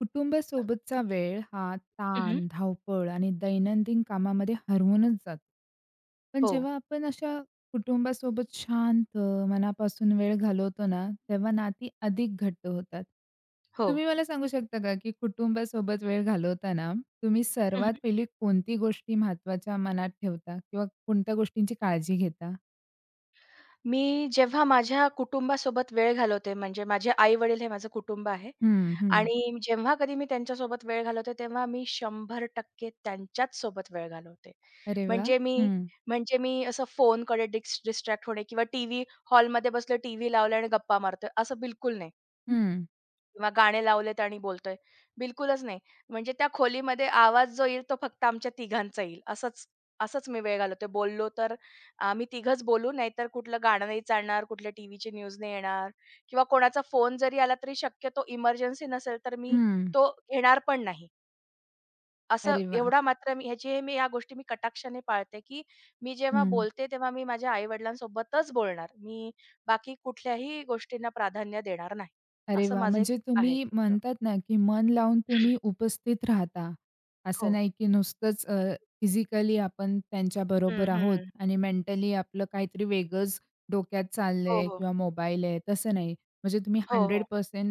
कुटुंबासोबतचा वेळ हा हं, हं. ताण, धावपळ आणि दैनंदिन कामामध्ये हरवूनच जातो. पण हो, जेव्हा आपण अशा कुटुंबासोबत शांत, मनापासून वेळ घालवतो ना, तेव्हा नाती अधिक घट्ट होतात. हो. तुम्ही मला सांगू शकता का, की कुटुंबासोबत वेळ घालवताना तुम्ही हं, सर्वात हं. पहिली कोणती गोष्टी महत्त्वाच्या मनात ठेवता किंवा कोणत्या गोष्टींची काळजी घेता? मी जेव्हा माझ्या कुटुंबासोबत वेळ घालवते, म्हणजे माझे आई-वडील हे माझं कुटुंब आहे हं, हं. आणि जेव्हा कधी मी त्यांच्यासोबत वेळ घालवते, तेव्हा मी 100% त्यांच्याच सोबत वेळ घालवते. अरे वाह! म्हणजे मी हं, म्हणजे मी असं फोनकडे डिस्ट्रॅक्ट होणे किंवा टीव्ही हॉलमध्ये बसलो, टीव्ही लावला आणि गप्पा मारतोय, असं बिलकुल नाही. हं, किंवा गाणे लावलेत आणि बोलतोय. बिलकुलच नाही. म्हणजे त्या खोलीमध्ये आवाज जो येईल तो फक्त आमच्या तिघांचा येईल. असंच असंच मी वेळ घालवते. बोललो तर आम्ही तिघंच बोलू, नाहीतर कुठलं गाणं नाही चालणार, कुठल्या टीव्हीची न्यूज नाही येणार किंवा कोणाचा फोन जरी आला तरी शक्यतो इमर्जन्सी नसेल तर मी हं. तो घेणार पण नाही. असं अरे वाह! एवढा मात्र मी ह्याची हे मी या गोष्टी मी कटाक्षाने पाळते, की मी जेव्हा हं. बोलते तेव्हा मी माझ्या आई-वडिलांसोबतच बोलणार. मी बाकी कुठल्याही गोष्टींना प्राधान्य देणार नाही. अरे असं वा, माझं एक म्हणजे आहे तुम्ही सूत्र. म्हणतात ना, की मन लावून तुम्ही उपस्थित राहता. असं हो. नाही, की नुसतंच फिजिकली आपण हं, त्यांच्याबरोबर हं, आहोत हं. आणि मेंटली आपलं काहीतरी वेगळंच डोक्यात हो, चाललंय हो. किंवा मोबाईल आहे, तसं नाही. म्हणजे तुम्ही हो, हो. 100%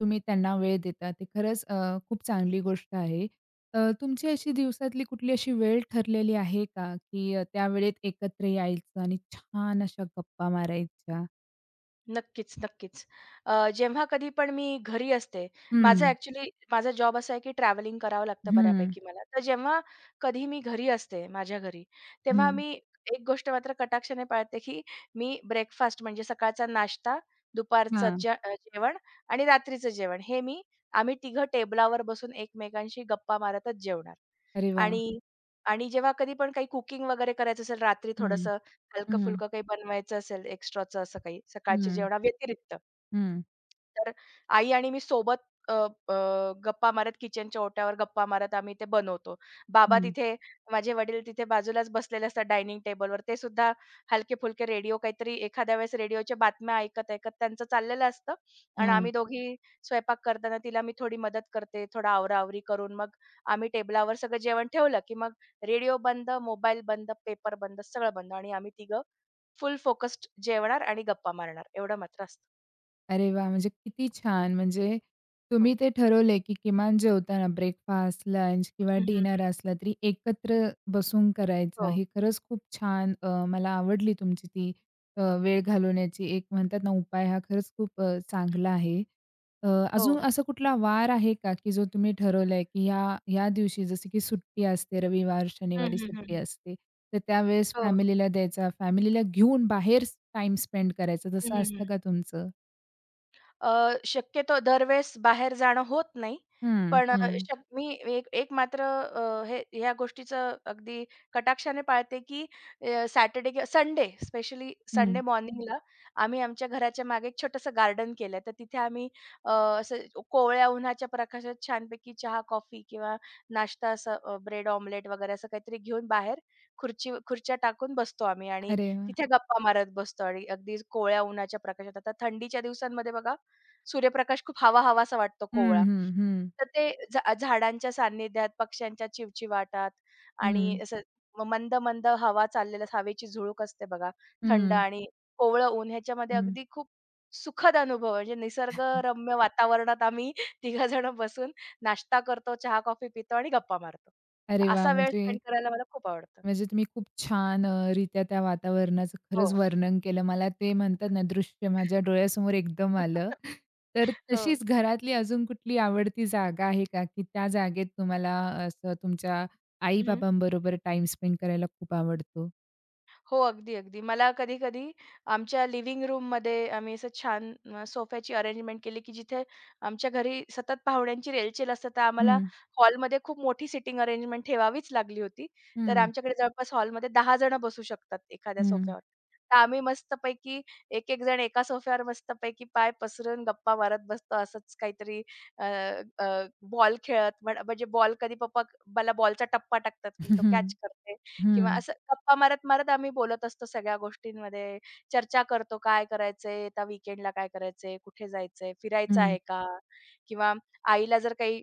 तुम्ही त्यांना वेळ देता. ते खरंच खूप चांगली गोष्ट आहे. तुमची अशी दिवसातली कुठली अशी वेळ ठरलेली आहे का, की त्या वेळेत एकत्र यायचं आणि छान अशा गप्पा मारायच्या? नक्कीच, नक्कीच. जेव्हा कधी पण मी घरी असते, माझा हं, ॲक्चुअली माझा जॉब असा आहे, की ट्रॅव्हलिंग करावं लागतं हं, बऱ्यापैकी मला. तर जेव्हा कधी मी घरी असते, माझ्या घरी, तेव्हा हं. मी एक गोष्ट मात्र कटाक्षाने पाळते, की मी ब्रेकफास्ट म्हणजे सकाळचा नाश्ता, दुपारचं हां. जे जेवण आणि रात्रीचं जेवण हे मी आम्ही तिघं टेबलावर बसून एकमेकांशी गप्पा मारतच जेवणार. अरे वाह! आणि आणि जेव्हा कधी पण काही कुकिंग वगैरे करायचं असेल रात्री हं, थोडंसं हं, हलकं-फुलकं काही बनवायचं असेल एक्स्ट्राचं असं काही सकाळच्या हं, जेवणा व्यतिरिक्त. हं, तर आई आणि मी सोबत अ, अ, गप्पा मारत किचनच्या ओट्यावर गप्पा मारत आम्ही ते बनवतो. बाबा हं. तिथे माझे वडील तिथे बाजूलाच बसलेले असतात डायनिंग टेबलवर. ते सुद्धा हलके-फुलके रेडिओ काहीतरी एखाद्या वेळेस रेडिओच्या बातम्या ऐकत-ऐकत त्यांचं चाललेलं असतं आणि हां. आम्ही दोघी स्वयंपाक करताना तिला मी थोडी मदत करते, थोडा आवरा करून मग आम्ही टेबलावर सगळं जेवण ठेवलं, की मग रेडिओ बंद, मोबाईल बंद, पेपर बंद, सगळं बंद आणि आम्ही तिघं फुल फोकस्ड जेवणार आणि गप्पा मारणार एवढं मात्र असतं. अरे वाह! म्हणजे किती छान. म्हणजे तुम्ही हो. ते ठरवलंय, की किमान जेवताना ब्रेकफास्ट, लंच किंवा हं, हं, हं. डिनर असला तरी एकत्र बसून करायचा. हो. हे खरंच खूप छान, मला आवडली तुमची ती वेळ घालवण्याची एक म्हणतात ना उपाय हा खरंच खूप हं. चांगला आहे. हो, अजून हो. असा कुठला वार आहे का, की जो तुम्ही ठरवलाय, की ह्या ह्या दिवशी जसं की सुट्टी असते रविवार, हं, शनिवारी हं, सुट्टी हं. असते, तर त्यावेळेस हो. फॅमिलीला द्यायचा, फॅमिलीला घेऊन बाहेर टाईम स्पेंड करायचा, हं, तसं हं, असतं हं. का तुमचं? अ, शक्यतो दरवेळेस बाहेर जाणं होत नाही. हं, पण अ, हं, शक मी एक एक मात्र हे ह्या गोष्टीचं अगदी कटाक्षाने पाळते, की सॅटर्डे किंवा संडे स्पेशली संडे. हं. हं. मॉर्निंगला आम्ही आमच्या घराच्या मागे एक छोटंसं गार्डन केलंय. तर तिथे आम्ही अ, असं कोवळ्या उन्हाच्या प्रकाशात छानपैकी चहा, कॉफी किंवा नाश्ता असं ब्रेड ऑमलेट वगैरे असं काहीतरी घेऊन बाहेर खुर्ची खुर्च्या टाकून बसतो आम्ही आणि अरे वाह! तिथे गप्पा मारत बसतो आणि अगदी कोवळ्या उन्हाच्या प्रकाशात. आता थंडीच्या दिवसांमध्ये बघा सूर्यप्रकाश खूप हवा-हवासा वाटतो हं, कोवळा. हं, हं, तर ते झाडांच्या सान्निध्यात, पक्ष्यांच्या चिवचिवाटात आणि हं, असं मंद-मंद हवा चाललेल्या हवेची झुळूक असते बघा, थंड हं, आणि कोवळं ऊन ह्याच्यामध्ये हं. अगदी खूप सुखद अनुभव म्हणजे निसर्गरम्य वातावरणात आम्ही तिघं जणं बसून नाश्ता करतो, चहा, कॉफी पितो आणि गप्पा मारतो. तर अरे वाह! असा वेळ म्हणजे स्पेंड करायला मला खूप आवडतं. म्हणजे तुम्ही खूप छान रित्या त्या वातावरणाचं खरंच हो. वर्णन केलं. मला ते म्हणतात ना, दृश्य माझ्या डोळ्यासमोर एकदम आलं. तर हो. तशीच घरातली अजून कुठली आवडती जागा आहे का, की त्या जागेत तुम्हाला असं तुमच्या आई-बाबांबरोबर टाईम स्पेंड करायला खूप आवडतो? हो, अगदी, अगदी. मला कधी-कधी आमच्या लिव्हिंग रूममध्ये आम्ही असं छान सोफ्याची अरेंजमेंट केली, की जिथे आमच्या घरी सतत पाहुण्यांची रेलचेल असते, तर आम्हाला हं, हॉलमध्ये खूप मोठी सिटिंग अरेंजमेंट ठेवावीच लागली होती. तर हं, आमच्याकडे जवळपास हॉलमध्ये 10 जण बसू शकतात एखाद्या हं, सोफ्यावर. तर आम्ही मस्तपैकी एक-एक जण एका सोफ्यावर मस्तपैकी पाय पसरून गप्पा मारत बसतो. असंच काहीतरी बॉल खेळत, म्हणजे बॉल कधी पप्पा मला बॉलचा टप्पा टाकतात, मी तो हं, कॅच करते. किंवा हं, असं गप्पा मारत-मारत आम्ही बोलत असतो सगळ्या गोष्टींमध्ये. चर्चा करतो काय करायचंय, आता वीकेंडला काय करायचंय, कुठे जायचंय, फिरायचं हं, आहे का? किंवा आईला जर काही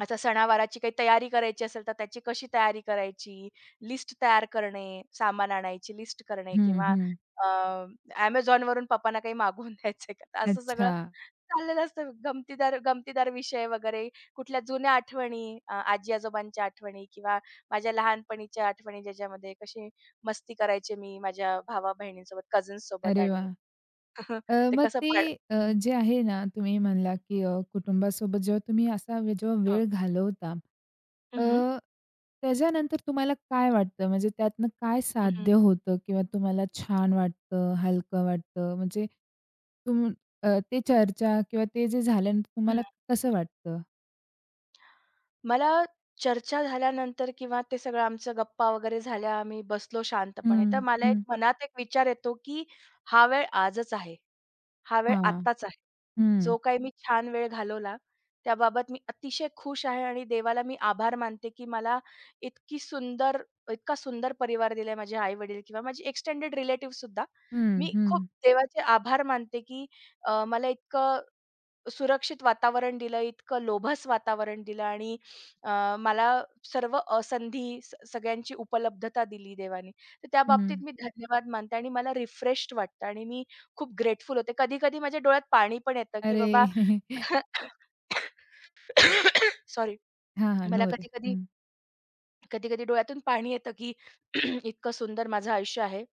आता सणावाराची काही तयारी करायची असेल, तर त्याची कशी तयारी करायची? लिस्ट तयार करणे, सामान आणायची लिस्ट करणे हं, किंवा हं. अ, Amazonवरून पप्पांना काही मागवून द्यायचंय का? तर असं सगळं अच्छा. चाललेलं असतं. गमतीदार गमतीदार विषय वगैरे, कुठल्या जुन्या आठवणी, आजी-आजोबांच्या आठवणी किंवा माझ्या लहानपणीच्या आठवणी, ज्याच्यामध्ये कशी मस्ती करायची मी माझ्या भावा-बहिणींसोबत, कझन्ससोबत अरे वाह! आणि ते मग कसं ते पाड हं. जे आहे ना, तुम्ही म्हणला, की कुटुंबासोबत जेव्हा तुम्ही असा जेव्हा वेळ घालवता, हं, हं. अ, त्याच्यानंतर तुम्हाला काय वाटतं? म्हणजे त्यातनं काय हं, साध्य होतं किंवा तुम्हाला छान वाटतं, हलकं वाटतं? म्हणजे तुम ते चर्चा किंवा ते जे झाल्यानंतर तुम्हाला हं. कसं वाटतं? मला चर्चा झाल्यानंतर किंवा ते सगळं आमचं गप्पा वगैरे झाल्या, आम्ही बसलो शांतपणे, हं, तर मला एक हं. मनात एक विचार येतो, की हा वेळ आजच आहे. हा वेळ हां. आत्ताच आहे. हं. जो काही मी छान वेळ घालवला, त्याबाबत मी अतिशय खुश आहे आणि देवाला मी आभार मानते, की मला इतकी सुंदर इतका सुंदर परिवार दिलाय माझे आई-वडील किंवा माझे एक्सटेंडेड रिलेटिव्हसुद्धा. हं, मी खूप हं, देवाचे आभार मानते, की मला इतकं सुरक्षित वातावरण दिलं, इतकं लोभस वातावरण दिलं आणि मला सर्व अ, संधी स सगळ्यांची उपलब्धता दिली देवाने. तर त्या हं. बाबतीत मी धन्यवाद मानते आणि मला रिफ्रेश्ड वाटतं आणि मी खूप ग्रेटफुल होते. कधी-कधी माझ्या डोळ्यात पाणी पण येतं, की अरे! बाबा सॉरी. हां, हां. मला नवरे. कधी-कधी, हं. कधी-कधी डोळ्यातून पाणी येतं, की इतकं सुंदर माझं आयुष्य आहे.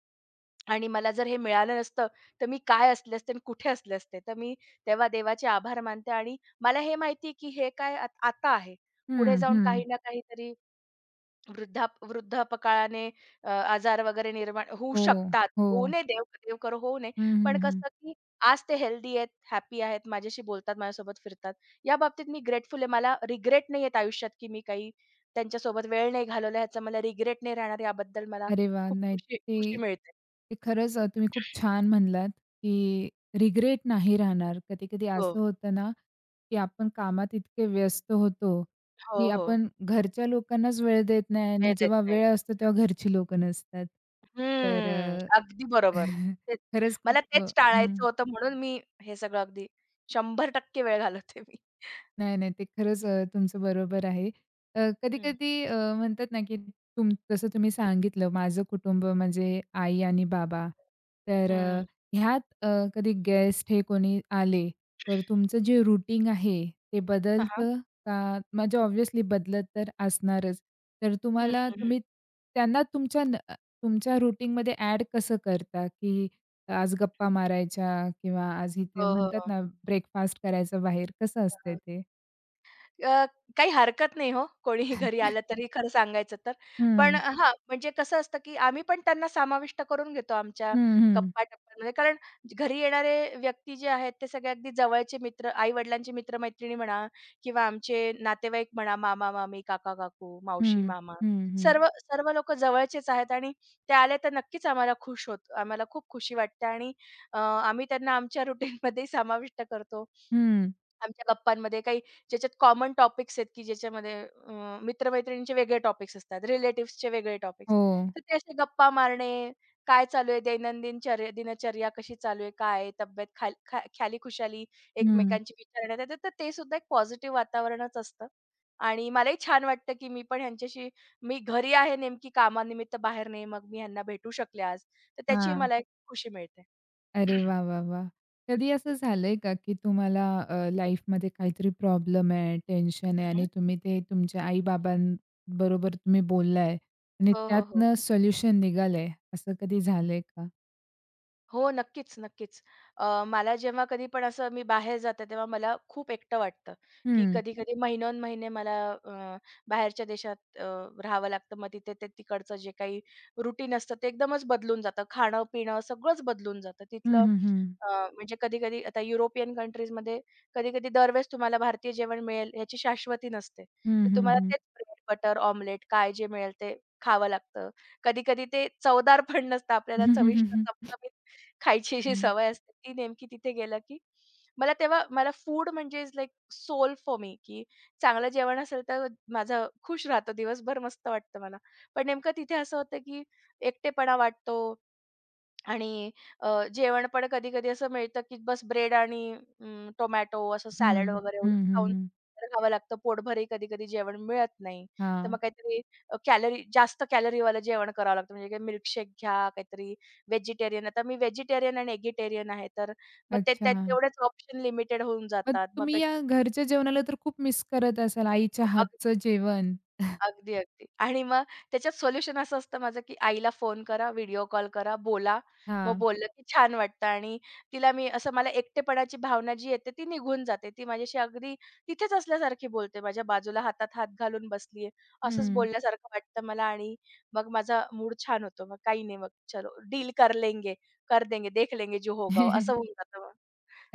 आणि मला जर हे मिळालं नसतं, तर मी काय असले असते आणि कुठे असले असते. तर मी तेव्हा देवाचे आभार मानते आणि मला हे माहिती आहे, की हे काय आता आहे. पुढे हं, जाऊन हं. काही ना काहीतरी वृद्धापकाळाने आजार वगैरे निर्माण होऊ हो, शकतात. होऊ हो. नये, देव देव करो होऊ नये. हं, हं, पण हं. कसं, की आज ते हेल्दी आहेत, हॅपी आहेत, माझ्याशी बोलतात, माझ्यासोबत फिरतात. या बाबतीत मी ग्रेटफुल आहे. मला रिग्रेट नाही आहेत आयुष्यात, की मी काही त्यांच्यासोबत वेळ नाही घालवला. ह्याचा मला रिग्रेट नाही राहणार. याबद्दल मला अरे वाह! खूप नाही, खुशी ते खुशी मिळते. ते खरंच, तुम्ही खूप छान म्हणलात, की रिग्रेट नाही राहणार. कधी-कधी हो. असं होतं ना, की आपण कामात इतके व्यस्त होतो, की हो, हो. आपण घरच्या लोकांनाच वेळ देत नाही आणि वेळ देत जेव्हा नाही. वेळ असतो तेव्हा घरची लोकं नसतात. तर हं. अगदी बरोबर. तेच. खरंच मला खूप, तेच हं. टाळायचं होतं म्हणून मी हे सगळं अगदी 100% वेळ घालवते मी. नाही, नाही. ते खरंच, तुमचं बरोबर आहे. हं, कधी-कधी म्हणतात ना, की जसं तुम्ही हं, सांगितलं, माझं कुटुंब म्हणजे आई आणि बाबा. तर हं. ह्यात कधी गेस्ट हे कोणी आले, तर तुमचं जे रुटीन आहे, ते हां, हां. बदलतं का? म्हणजे ऑब्व्हियसली बदलत तर असणारच. तर हं, तुम्हाला हं, हं. तुम्ही त्यांना तुमच्या तुमच्या रुटीनमध्ये ॲड कसं करता, की आज गप्पा मारायच्या किंवा आज इथे हो, हो, म्हणतात हो. ना, ब्रेकफास्ट करायचं बाहेर, कसं हां, असतंय हां. ते? अ, काही हरकत नाही हो, कोणीही घरी आलं तरी खरं सांगायचं तर. पण हं. हां, म्हणजे कसं असतं, की आम्ही पण त्यांना समाविष्ट करून घेतो आमच्या हं, हं. गप्पा-टप्पांमध्ये. कारण घरी येणारे व्यक्ती जे आहेत, ते सगळे अगदी जवळचे मित्र, आई-वडिलांचे मित्र-मैत्रिणी म्हणा किंवा आमचे नातेवाईक म्हणा, मामा-मामी, काका-काकू, हं. मावशी-मामा, हं, हं. सर्व सर्व लोकं जवळचेच आहेत आणि ते आले तर नक्कीच आम्हाला खूप खुशी वाटते आणि आम्ही त्यांना आमच्या रुटीनमध्ये समाविष्ट करतो. हं. आमच्या गप्पांमध्ये काही ज्याच्यात कॉमन टॉपिक्स आहेत, की ज्याच्यामध्ये मित्र-मैत्रिणींचे वेगळे टॉपिक्स असतात, रिलेटिव्हजचे वेगळे टॉपिक्स. हो. तर ते असे गप्पा मारणे, काय चालू आहे दैनंदिन दिनचर्या कशी चालू आहे, काय आहे तब्येत, खाल खा ख्यालीखुशाली हं. एकमेकांची विचारण्यात येते. तर ते सुद्धा एक पॉझिटिव्ह वातावरणच असतं आणि मलाही छान वाटतं, की मी पण ह्यांच्याशी मी घरी आहे नेमकी कामानिमित्त बाहेर नाही, मग मी ह्यांना भेटू शकले आज. तर त्याची हां. मला एक खुशी मिळते. अरे वाह, वाह, वाह! कधी असं झालंय का, की तुम्हाला लाईफमध्ये काहीतरी प्रॉब्लेम आहे, टेन्शन आहे आणि हं, तुम्ही ते तुमच्या आई-बाबांबरोबर तुम्ही बोललाय आणि हो, हो, हो. त्यातनं सोल्युशन निघालंय, असं कधी झालंय का? हो, नक्कीच, नक्कीच. मला जेव्हा कधी पण असं मी बाहेर जाते, तेव्हा मला खूप एकटं वाटतं, की हं. कधी-कधी महिनोन-महिने मला बाहेरच्या देशात राहावं लागतं. मग तिथे ते तिकडचं जे काही रूटीन असतं, ते एकदमच बदलून जातं. खाणं-पिणं सगळंच बदलून जातं. हं, तिथलं हं, हं. अ, म्हणजे कधी-कधी आता युरोपियन कंट्रीजमध्ये कधी-कधी दरवेळेस तुम्हाला भारतीय जेवण मिळेल ह्याची शाश्वती नसते. हं, तर हं, तुम्हाला हं. तेच ब्रेड, बटर, ऑमलेट काय जे मिळेल ते खावं लागतं. कधी-कधी ते चवदार पण नसतं. आपल्याला चविष्ट, खायची हं, अशी हं, हं. सवय असते ती नेमकी तिथे गेलं की मला तेव्हा मला फूड म्हणजे is like soul for me की चांगलं जेवण असेल तर माझा खुश राहतो दिवसभर मस्त वाटतं मला. पण नेमकं तिथे असं होतं की एकटेपणा वाटतो आणि अ, जेवण पण कधी-कधी असं मिळतं, की बस ब्रेड आणि टोमॅटो असं हं, सॅलड वगैरे एवढंच हं, हं. खाऊन हं. राहावं लागतं. पोटभरही कधी-कधी जेवण मिळत नाही. तर हां. मग काहीतरी जास्त कॅलरीवालं जेवण करावं लागतं. म्हणजे मिल्कशेक घ्या, काहीतरी व्हेजिटेरियन आता मी व्हेजिटेरियन आणि एगिटेरियन आहे. तर मग ते अच्छा. त्यात तेवढेच ऑप्शन लिमिटेड होऊन मग जातात. मग तुम्ही काही या घरच्या जेवणाला तर खूप मिस करत असाल, आईच्या अगदी. हातचं जेवण? अगदी, अगदी. आणि मग त्याच्यात सोल्युशन असं असतं माझं, की आईला फोन करा, व्हिडिओ कॉल करा, बोला. मग हां. बोललं की छान वाटतं आणि तिला मी असं मला एकटेपणाची भावना जी येते ती निघून जाते. ती माझ्याशी अगदी तिथेच असल्यासारखी बोलते. माझ्या बाजूला हातात हात घालून बसली असंच हं. बोलल्यासारखं वाटतं मला आणि मग माझा मूड छान होतो. मग काही नाही मग चलो डील कर लेंगे, कर देंगे, देख लेंगे जो होगा वो असं होऊन जातं मग.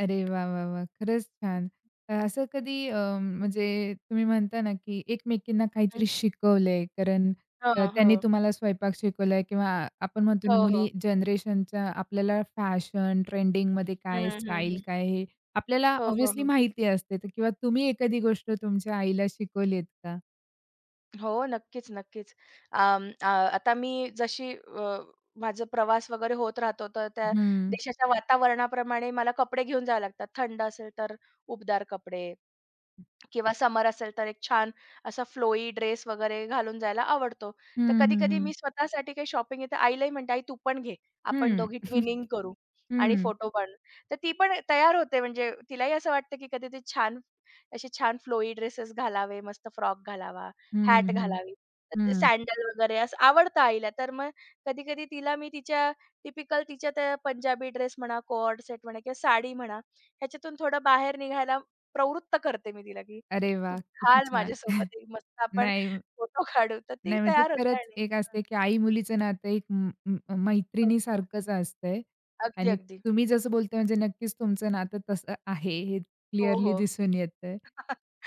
अरे वाह, वाह, वाह! खरंच छान. असं कधी, म्हणजे तुम्ही म्हणता ना, की एकमेकींना काहीतरी हं. शिकवलंय, कारण हो, त्यांनी हो. तुम्हाला स्वयंपाक शिकवलाय किंवा आपण म्हणतो हो, ना, हो. मुली जनरेशनच्या आपल्याला फॅशन, ट्रेंडिंगमध्ये हं, काय हं, स्टाईल हं. काय हे आपल्याला हो, हो, ऑब्व्हियसली हो. माहिती असते, तर किंवा तुम्ही एखादी गोष्ट तुमच्या आईला शिकवलीत का? हो, नक्कीच, नक्कीच. अं, अ, आता मी जशी माझा प्रवास वगैरे होत राहतो, तर त्या हं. देशाच्या वातावरणाप्रमाणे मला कपडे घेऊन जावे लागतात. थंड असेल तर उबदार कपडे किंवा समर असेल तर एक छान असा फ्लोई ड्रेस वगैरे घालून जायला आवडतो. तर हं, हं, कधी-कधी मी. हं. हं. स्वतःसाठी काही शॉपिंग आहे, आईलाही म्हणते, "आई तू पण घे. आपण हं, दोघी ट्विनिंग करू आणि हं. फोटो काढू." तर ती पण तयार होते म्हणजे तिलाही असं वाटतं, की कधी ती छान छान फ्लोई ड्रेसेस घालावे, मस्त फ्रॉक घालावा, हं, हॅट हं, घालावी, तर हं. वगैरे असं आवडतं आईला. तर मग कधी-कधी तिला मी टिपिकल तिच्या त्या पंजाबी ड्रेस म्हणा, कोऑर्ड सेट म्हणा किंवा साडी म्हणा, ह्याच्यातून थोडं बाहेर निघायला प्रवृत्त करते मी तिला, की अरे वा, तू किती घाल छान. माझ्यासोबत एक मस्त आपण नाही, फोटो काढू. तर ती नाही, म्हणजे तयार होते खरंच आणि एक हं. असते, की आई-मुलीचं नातं एक म म हो, हो. मैत्रिणीसारखंच असतंय अगदी, आणि अगदी. तुम्ही जसं बोलताय म्हणजे नक्कीच तुमचं नातं तसं आहे, हे हो, क्लिअरली हो. दिसून येतंय.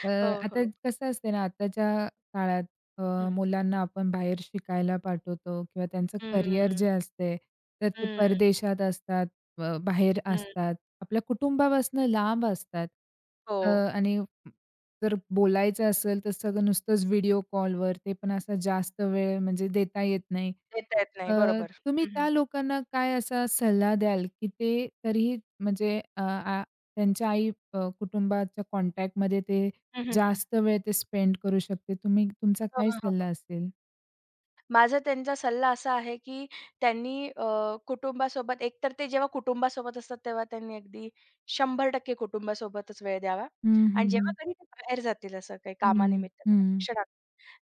अ, हो, आता हो. कसं असतंय ना आताच्या काळात, हं. मुलांना आपण बाहेर शिकायला पाठवतो किंवा त्यांचं करिअर जे हं. असते, तर ते हं, परदेशात असतात, बाहेर हं. असतात, आपल्या कुटुंबापासून लांब असतात. हो. अ, आणि जर बोलायचं असेल तर सगळं नुसतंच व्हिडिओ कॉलवर, ते पण असा जास्त वेळ म्हणजे देता येत नाही. देता येत अ, नाही. बरोबर. तुम्ही हं, हं. त्या लोकांना काय असा सल्ला द्याल, की ते तरीही म्हणजे, अ, आ त्यांच्या आई, कुटुंबाच्या कॉन्टॅक्टमध्ये ते हं, हं, हं. जास्त वेळ ते स्पेंड करू शकते. तुम्ही तुमचा हं, काय हं, सल्ला हं. असेल? माझा त्यांचा सल्ला असा आहे, की त्यांनी कुटुंबासोबत एकतर ते जेव्हा कुटुंबासोबत असतात, तेव्हा त्यांनी अगदी 100% कुटुंबासोबतच वेळ द्यावा. हं, हं, आणि जेव्हा हं. कधी ते बाहेर जातील असं काही हं, कामानिमित्त म्हणा, हं. शिक्षणा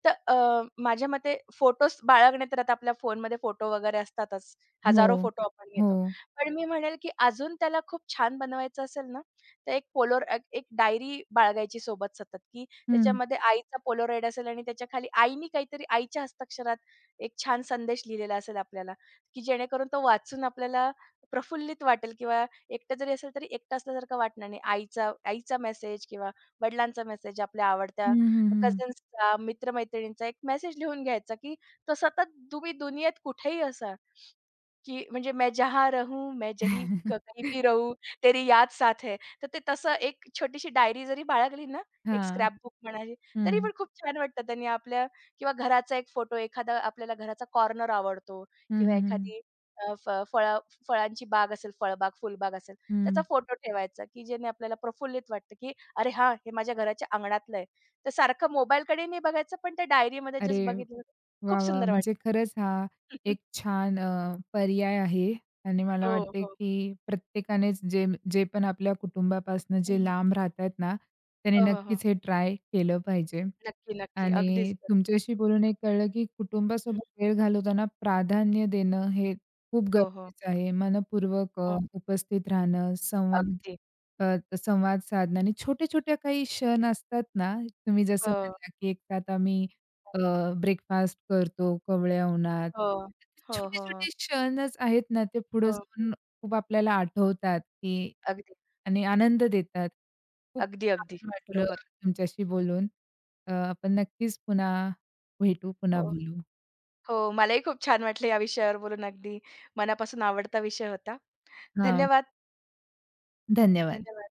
तर माझ्या मते फोटोज बाळगणे तर आता आपल्या फोनमध्ये फोटो वगैरे असतातच. हो. हजारो फोटो आपण घेतो. हो. पण मी म्हणेल, की अजून त्याला खूप छान बनवायचं असेल ना, तर एक पोलोर एक एक डायरी बाळगायची सोबत सतत, की हं. त्याच्यामध्ये आईचा पोलोराईड असेल आणि त्याच्या खाली आईनी काहीतरी आईच्या हस्ताक्षरात एक छान संदेश लिहिलेला असेल आपल्याला, की जेणेकरून तो वाचून आपल्याला प्रफुल्लित वाटेल किंवा एकटं जरी असेल तरी एकटं असल्यासारखं वाटणार नाही. आईचा आईचा मेसेज किंवा वडिलांचा मेसेज, आपल्या हं, आवडत्या हं, हं. कझन्सचा, मित्र-मैत्रिणींचा एक मेसेज लिहून घ्यायचा, की तो सतत तुम्ही दुनियेत कुठेही असाल की म्हणजे मैं जहाँ रहूं, मैं जही क कहीं भी रहूँ, तेरी याद साथ है. तर ते तसं एक छोटीशी डायरी जरी बाळगली ना, एक हां. स्क्रॅपबुक म्हणाली, तरी हं. पण खूप छान वाटतं. त्यांनी आपल्या किंवा घराचा एक फोटो, एखादा आपल्याला घराचा कॉर्नर आवडतो हं, किंवा हं, हं. एखादी अ, फ फळं फळांची बाग असेल, फळबाग, फुलबाग असेल, त्याचा फोटो ठेवायचा, की ज्याने आपल्याला प्रफुल्लित वाटतं, की "अरे हां, हे माझ्या घराच्या अंगणातलं आहे." तर सारखं मोबाईलकडे नाही बघायचं, पण त्या डायरीमध्ये जस्ट अरे बघितलं, वाह! खूप वाह! सुंदर म्हणजे वाटतं. खरंच हा एक छान पर्याय आहे आणि मला हो, वाटते, हो. की प्रत्येकानेच जे जे पण आपल्या कुटुंबापासून जे लांब राहत आहेत ना, त्याने हो, हो, हो. नक्कीच हे ट्राय केलं पाहिजे. नक्की, नक्की. आणि अगदीच. तुमच्याशी बोलून हे कळलं, की हं. कुटुंबासोबत वेळ घालवताना प्राधान्य देणं हे खूप हो, हो. गरजेचं आहे. मनःपूर्वक हो. उपस्थित राहणं, संवाद अगदी. अ, संवाद साधणं आणि छोट्या-छोट्या काही क्षण असतात ना, तुम्ही जसं हो, म्हणला, की एक ताट आम्ही हो. ब्रेकफास्ट करतो कोवळ्या उन्हात. हो. हो, हो, हो. छोटे-छोटे क्षणच आहेत ना, ते पुढे हो. जाऊन खूप आपल्याला आठवतात, की अगदी. आणि आनंद देतात. खूप अगदी, अगदी. छान वाटलं बरोबर. तुमच्याशी बोलून. आपण नक्कीच पुन्हा भेटू, पुन्हा हो. बोलू. हो, मलाही खूप छान वाटलं या विषयावर बोलून. अगदी मनापासून आवडता विषय होता. हां, धन्यवाद. धन्यवाद. धन्यवाद.